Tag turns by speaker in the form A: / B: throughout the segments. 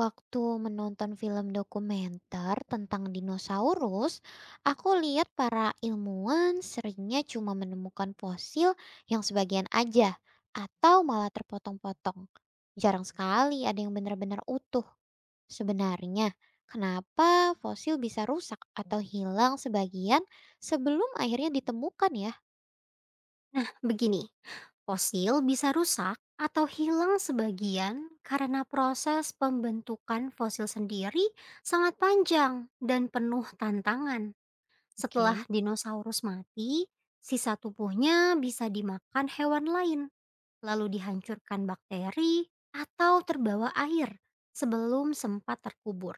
A: Waktu menonton film dokumenter tentang dinosaurus, aku lihat para ilmuwan seringnya cuma menemukan fosil yang sebagian aja atau malah terpotong-potong. Jarang sekali ada yang benar-benar utuh. Sebenarnya, kenapa fosil bisa rusak atau hilang sebagian sebelum akhirnya ditemukan ya?
B: Nah, begini, fosil bisa rusak atau hilang sebagian karena proses pembentukan fosil sendiri sangat panjang dan penuh tantangan. Setelah
A: Oke.
B: dinosaurus mati, sisa tubuhnya bisa dimakan hewan lain, lalu dihancurkan bakteri atau terbawa air sebelum sempat terkubur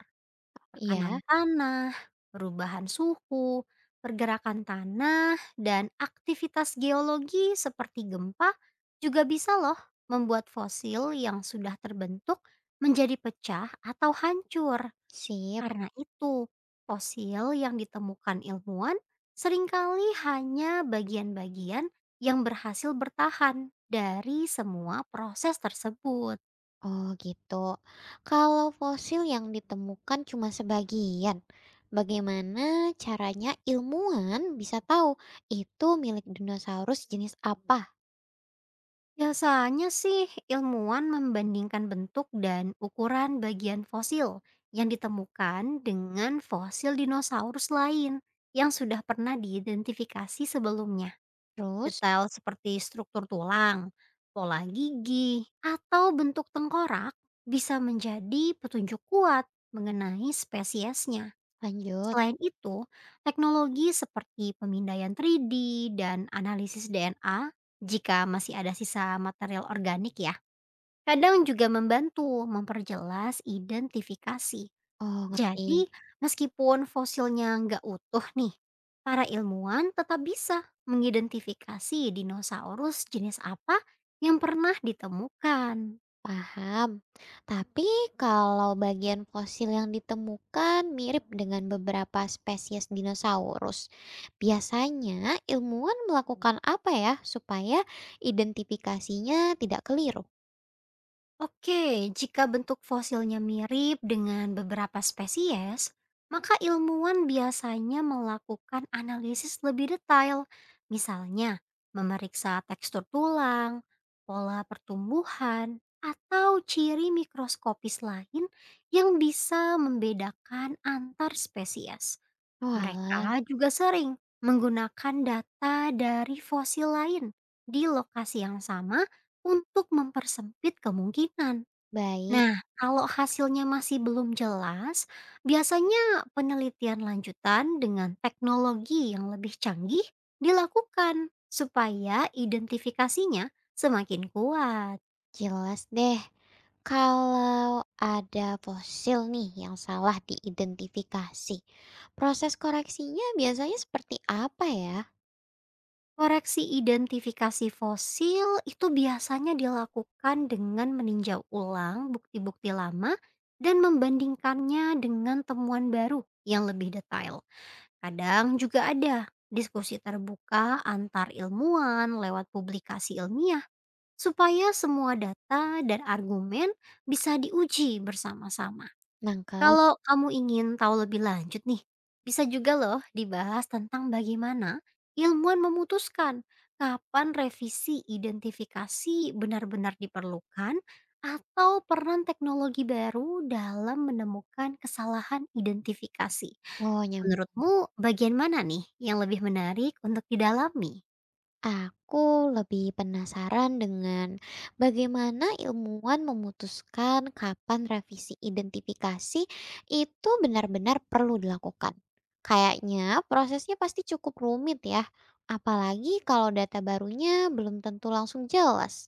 A: Iya,
B: tekanan tanah, perubahan suhu, pergerakan tanah, dan aktivitas geologi seperti gempa juga bisa loh membuat fosil yang sudah terbentuk menjadi pecah atau hancur.
A: sip.
B: Karena itu, fosil yang ditemukan ilmuwan seringkali hanya bagian-bagian yang berhasil bertahan dari semua proses tersebut.
A: Oh gitu. Kalau fosil yang ditemukan cuma sebagian, bagaimana caranya ilmuwan bisa tahu itu milik dinosaurus jenis apa?
B: Biasanya sih ilmuwan membandingkan bentuk dan ukuran bagian fosil yang ditemukan dengan fosil dinosaurus lain yang sudah pernah diidentifikasi sebelumnya.
A: Terus
B: Detail seperti struktur tulang, pola gigi, atau bentuk tengkorak bisa menjadi petunjuk kuat mengenai spesiesnya.
A: lanjut.
B: Selain itu, teknologi seperti pemindaian 3D dan analisis DNA jika masih ada sisa material organik ya, kadang juga membantu memperjelas identifikasi.
A: Oh
B: Jadi,
A: ngerti,
B: meskipun fosilnya nggak utuh nih, para ilmuwan tetap bisa mengidentifikasi dinosaurus jenis apa yang pernah ditemukan.
A: paham. Tapi kalau bagian fosil yang ditemukan mirip dengan beberapa spesies dinosaurus, biasanya ilmuwan melakukan apa ya supaya identifikasinya tidak keliru?
B: Oke, jika bentuk fosilnya mirip dengan beberapa spesies, maka ilmuwan biasanya melakukan analisis lebih detail. Misalnya, memeriksa tekstur tulang, pola pertumbuhan, atau ciri mikroskopis lain yang bisa membedakan antar spesies.
A: Walah,
B: Mereka juga sering menggunakan data dari fosil lain di lokasi yang sama untuk mempersempit kemungkinan.
A: baik.
B: Nah, kalau hasilnya masih belum jelas, biasanya penelitian lanjutan dengan teknologi yang lebih canggih dilakukan supaya identifikasinya semakin kuat.
A: Jelas deh. Kalau ada fosil nih yang salah diidentifikasi, proses koreksinya biasanya seperti apa ya?
B: Koreksi identifikasi fosil itu biasanya dilakukan dengan meninjau ulang bukti-bukti lama dan membandingkannya dengan temuan baru yang lebih detail. Kadang juga ada diskusi terbuka antar ilmuwan lewat publikasi ilmiah supaya semua data dan argumen bisa diuji bersama-sama.
A: Nangkep.
B: Kalau kamu ingin tahu lebih lanjut nih, bisa juga loh dibahas tentang bagaimana ilmuwan memutuskan kapan revisi identifikasi benar-benar diperlukan atau peran teknologi baru dalam menemukan kesalahan identifikasi.
A: Oh, nyambung.
B: Menurutmu bagian mana nih yang lebih menarik untuk didalami?
A: Aku lebih penasaran dengan bagaimana ilmuwan memutuskan kapan revisi identifikasi itu benar-benar perlu dilakukan. Kayaknya prosesnya pasti cukup rumit ya, apalagi kalau data barunya belum tentu langsung jelas.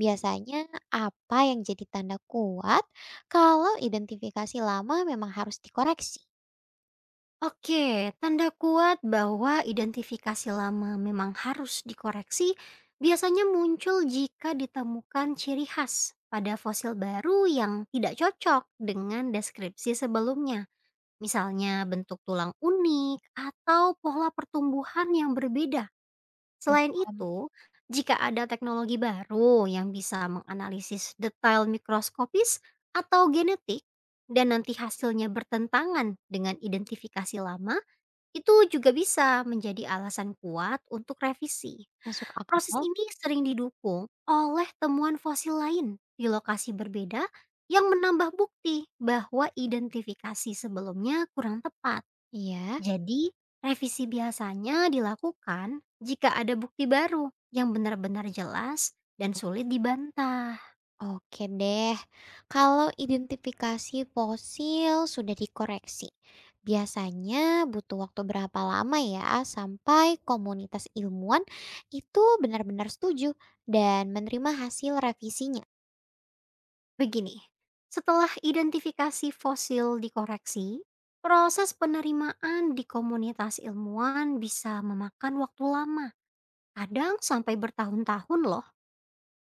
A: Biasanya apa yang jadi tanda kuat kalau identifikasi lama memang harus dikoreksi?
B: Oke, tanda kuat bahwa identifikasi lama memang harus dikoreksi biasanya muncul jika ditemukan ciri khas pada fosil baru yang tidak cocok dengan deskripsi sebelumnya. Misalnya bentuk tulang unik atau pola pertumbuhan yang berbeda. Selain itu, jika ada teknologi baru yang bisa menganalisis detail mikroskopis atau genetik dan nanti hasilnya bertentangan dengan identifikasi lama, itu juga bisa menjadi alasan kuat untuk revisi.
A: Masuk
B: Proses
A: akal.
B: ini sering didukung oleh temuan fosil lain di lokasi berbeda yang menambah bukti bahwa identifikasi sebelumnya kurang tepat.
A: Iya.
B: Jadi, revisi biasanya dilakukan jika ada bukti baru yang benar-benar jelas dan sulit dibantah.
A: Oke deh, kalau identifikasi fosil sudah dikoreksi, biasanya butuh waktu berapa lama ya sampai komunitas ilmuwan itu benar-benar setuju dan menerima hasil revisinya?
B: Begini, setelah identifikasi fosil dikoreksi, proses penerimaan di komunitas ilmuwan bisa memakan waktu lama, kadang sampai bertahun-tahun loh.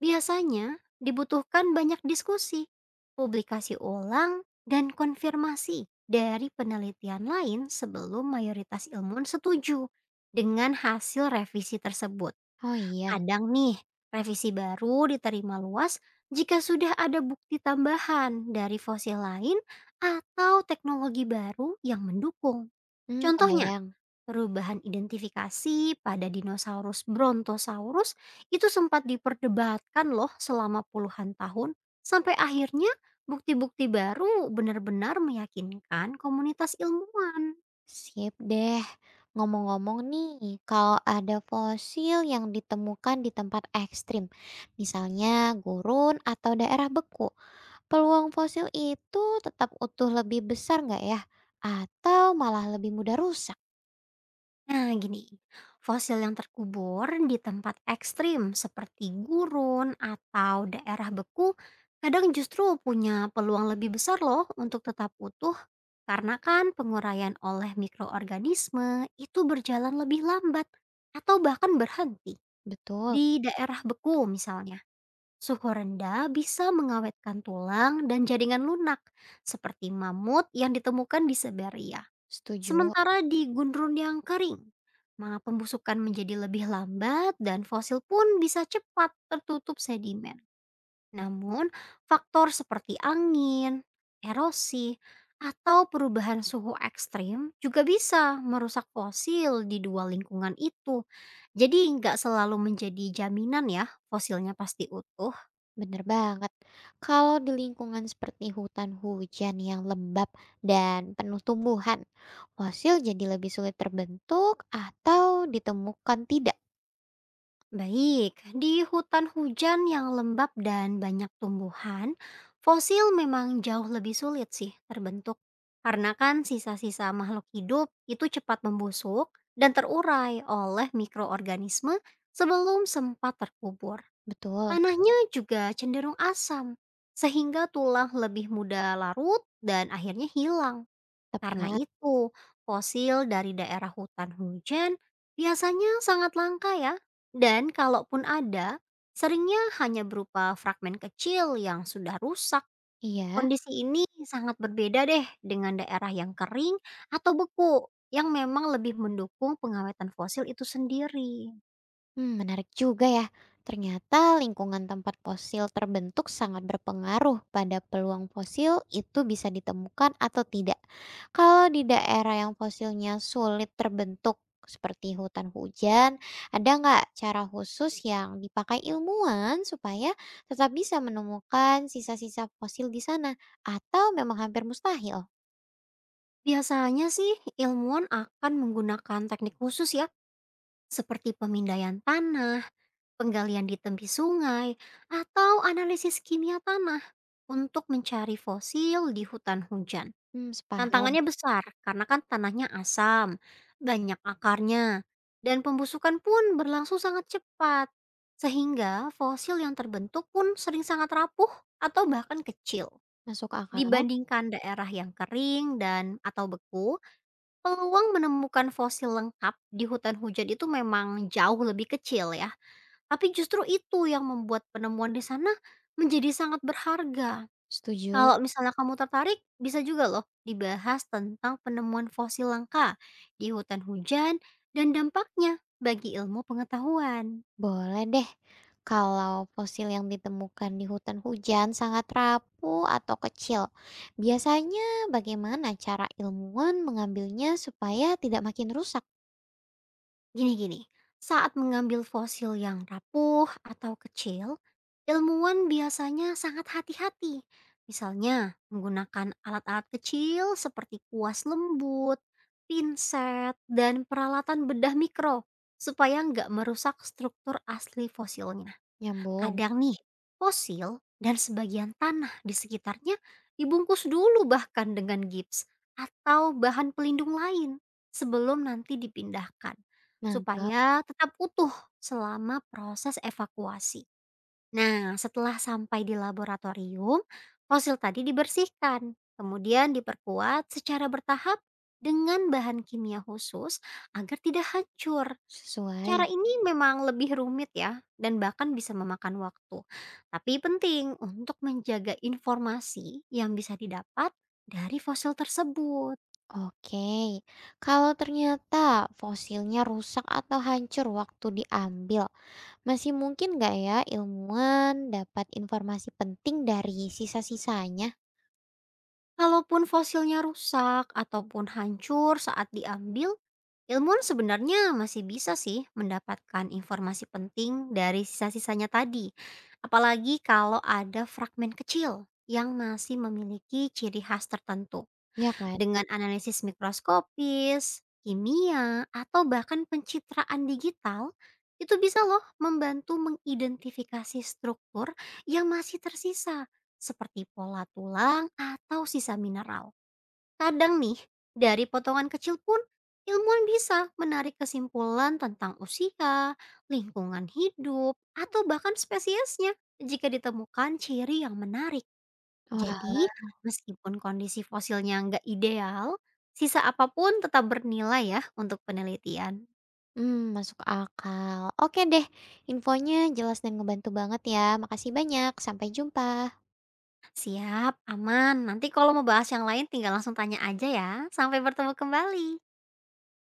B: Biasanya dibutuhkan banyak diskusi, publikasi ulang, dan konfirmasi dari penelitian lain sebelum mayoritas ilmuwan setuju dengan hasil revisi tersebut.
A: Oh iya,
B: Kadang nih, revisi baru diterima luas jika sudah ada bukti tambahan dari fosil lain atau teknologi baru yang mendukung.
A: hmm,
B: Contohnya,
A: kebayang.
B: perubahan identifikasi pada dinosaurus Brontosaurus itu sempat diperdebatkan loh selama puluhan tahun sampai akhirnya bukti-bukti baru benar-benar meyakinkan komunitas ilmuwan.
A: Sip deh. Ngomong-ngomong nih, kalau ada fosil yang ditemukan di tempat ekstrim, misalnya gurun atau daerah beku, peluang fosil itu tetap utuh lebih besar nggak ya? Atau malah lebih mudah rusak?
B: Nah, gini, fosil yang terkubur di tempat ekstrim seperti gurun atau daerah beku kadang justru punya peluang lebih besar loh untuk tetap utuh karena kan penguraian oleh mikroorganisme itu berjalan lebih lambat atau bahkan berhenti.
A: Betul,
B: Di daerah beku misalnya, suhu rendah bisa mengawetkan tulang dan jaringan lunak seperti mamut yang ditemukan di Siberia.
A: setuju.
B: Sementara di gundrun yang kering, maka pembusukan menjadi lebih lambat dan fosil pun bisa cepat tertutup sedimen. Namun, faktor seperti angin, erosi, atau perubahan suhu ekstrim juga bisa merusak fosil di dua lingkungan itu. Jadi nggak selalu menjadi jaminan ya fosilnya pasti utuh.
A: Bener banget. Kalau di lingkungan seperti hutan hujan yang lembab dan penuh tumbuhan, fosil jadi lebih sulit terbentuk atau ditemukan tidak?
B: Baik, di hutan hujan yang lembab dan banyak tumbuhan, fosil memang jauh lebih sulit sih terbentuk. Karena kan sisa-sisa makhluk hidup itu cepat membusuk dan terurai oleh mikroorganisme sebelum sempat terkubur.
A: Betul,
B: Tanahnya juga cenderung asam, sehingga tulang lebih mudah larut dan akhirnya hilang. Karena
A: tepat.
B: itu, fosil dari daerah hutan hujan biasanya sangat langka ya. Dan kalaupun ada, seringnya hanya berupa fragmen kecil yang sudah rusak.
A: Iya.
B: Kondisi ini sangat berbeda deh dengan daerah yang kering atau beku yang memang lebih mendukung pengawetan fosil itu sendiri.
A: Hmm, menarik juga ya. Ternyata lingkungan tempat fosil terbentuk sangat berpengaruh pada peluang fosil itu bisa ditemukan atau tidak. Kalau di daerah yang fosilnya sulit terbentuk, seperti hutan hujan, ada nggak cara khusus yang dipakai ilmuwan supaya tetap bisa menemukan sisa-sisa fosil di sana? Atau memang hampir mustahil?
B: Biasanya sih ilmuwan akan menggunakan teknik khusus ya, seperti pemindaian tanah, penggalian di tepi sungai, atau analisis kimia tanah untuk mencari fosil di hutan hujan.
A: Hmm, sepaham.
B: Tantangannya besar karena kan tanahnya asam, banyak akarnya, dan pembusukan pun berlangsung sangat cepat. Sehingga fosil yang terbentuk pun sering sangat rapuh atau bahkan kecil.
A: Masuk akal.
B: Dibandingkan daerah yang kering dan atau beku, peluang menemukan fosil lengkap di hutan hujan itu memang jauh lebih kecil ya. Tapi justru itu yang membuat penemuan di sana menjadi sangat berharga.
A: Setuju.
B: Kalau misalnya kamu tertarik, bisa juga loh dibahas tentang penemuan fosil langka di hutan hujan dan dampaknya bagi ilmu pengetahuan.
A: Boleh deh. Kalau fosil yang ditemukan di hutan hujan sangat rapuh atau kecil, biasanya bagaimana cara ilmuwan mengambilnya supaya tidak makin rusak?
B: Gini-gini saat mengambil fosil yang rapuh atau kecil, ilmuwan biasanya sangat hati-hati. Misalnya, menggunakan alat-alat kecil seperti kuas lembut, pinset, dan peralatan bedah mikro supaya nggak merusak struktur asli fosilnya.
A: Nyambung,
B: Kadang nih, fosil dan sebagian tanah di sekitarnya dibungkus dulu bahkan dengan gips atau bahan pelindung lain sebelum nanti dipindahkan
A: nangkap,
B: supaya tetap utuh selama proses evakuasi. Nah, setelah sampai di laboratorium, fosil tadi dibersihkan, kemudian diperkuat secara bertahap dengan bahan kimia khusus agar tidak hancur.
A: sesuai.
B: Cara ini memang lebih rumit ya, dan bahkan bisa memakan waktu. Tapi penting untuk menjaga informasi yang bisa didapat dari fosil tersebut.
A: Oke, kalau ternyata fosilnya rusak atau hancur waktu diambil, masih mungkin nggak ya ilmuwan dapat informasi penting dari sisa-sisanya?
B: Kalaupun fosilnya rusak ataupun hancur saat diambil, ilmuwan sebenarnya masih bisa sih mendapatkan informasi penting dari sisa-sisanya tadi. Apalagi kalau ada fragmen kecil yang masih memiliki ciri khas tertentu.
A: Iya kan?
B: Dengan analisis mikroskopis, kimia, atau bahkan pencitraan digital, itu bisa loh membantu mengidentifikasi struktur yang masih tersisa, seperti pola tulang atau sisa mineral. Kadang nih, dari potongan kecil pun, ilmuwan bisa menarik kesimpulan tentang usia, lingkungan hidup, atau bahkan spesiesnya jika ditemukan ciri yang menarik. Jadi, meskipun kondisi fosilnya nggak ideal, sisa apapun tetap bernilai ya untuk penelitian.
A: Hmm, masuk akal. Oke deh, infonya jelas dan ngebantu banget ya. Makasih banyak, sampai jumpa.
B: Siap, aman. Nanti kalau mau bahas yang lain tinggal langsung tanya aja ya. Sampai bertemu kembali.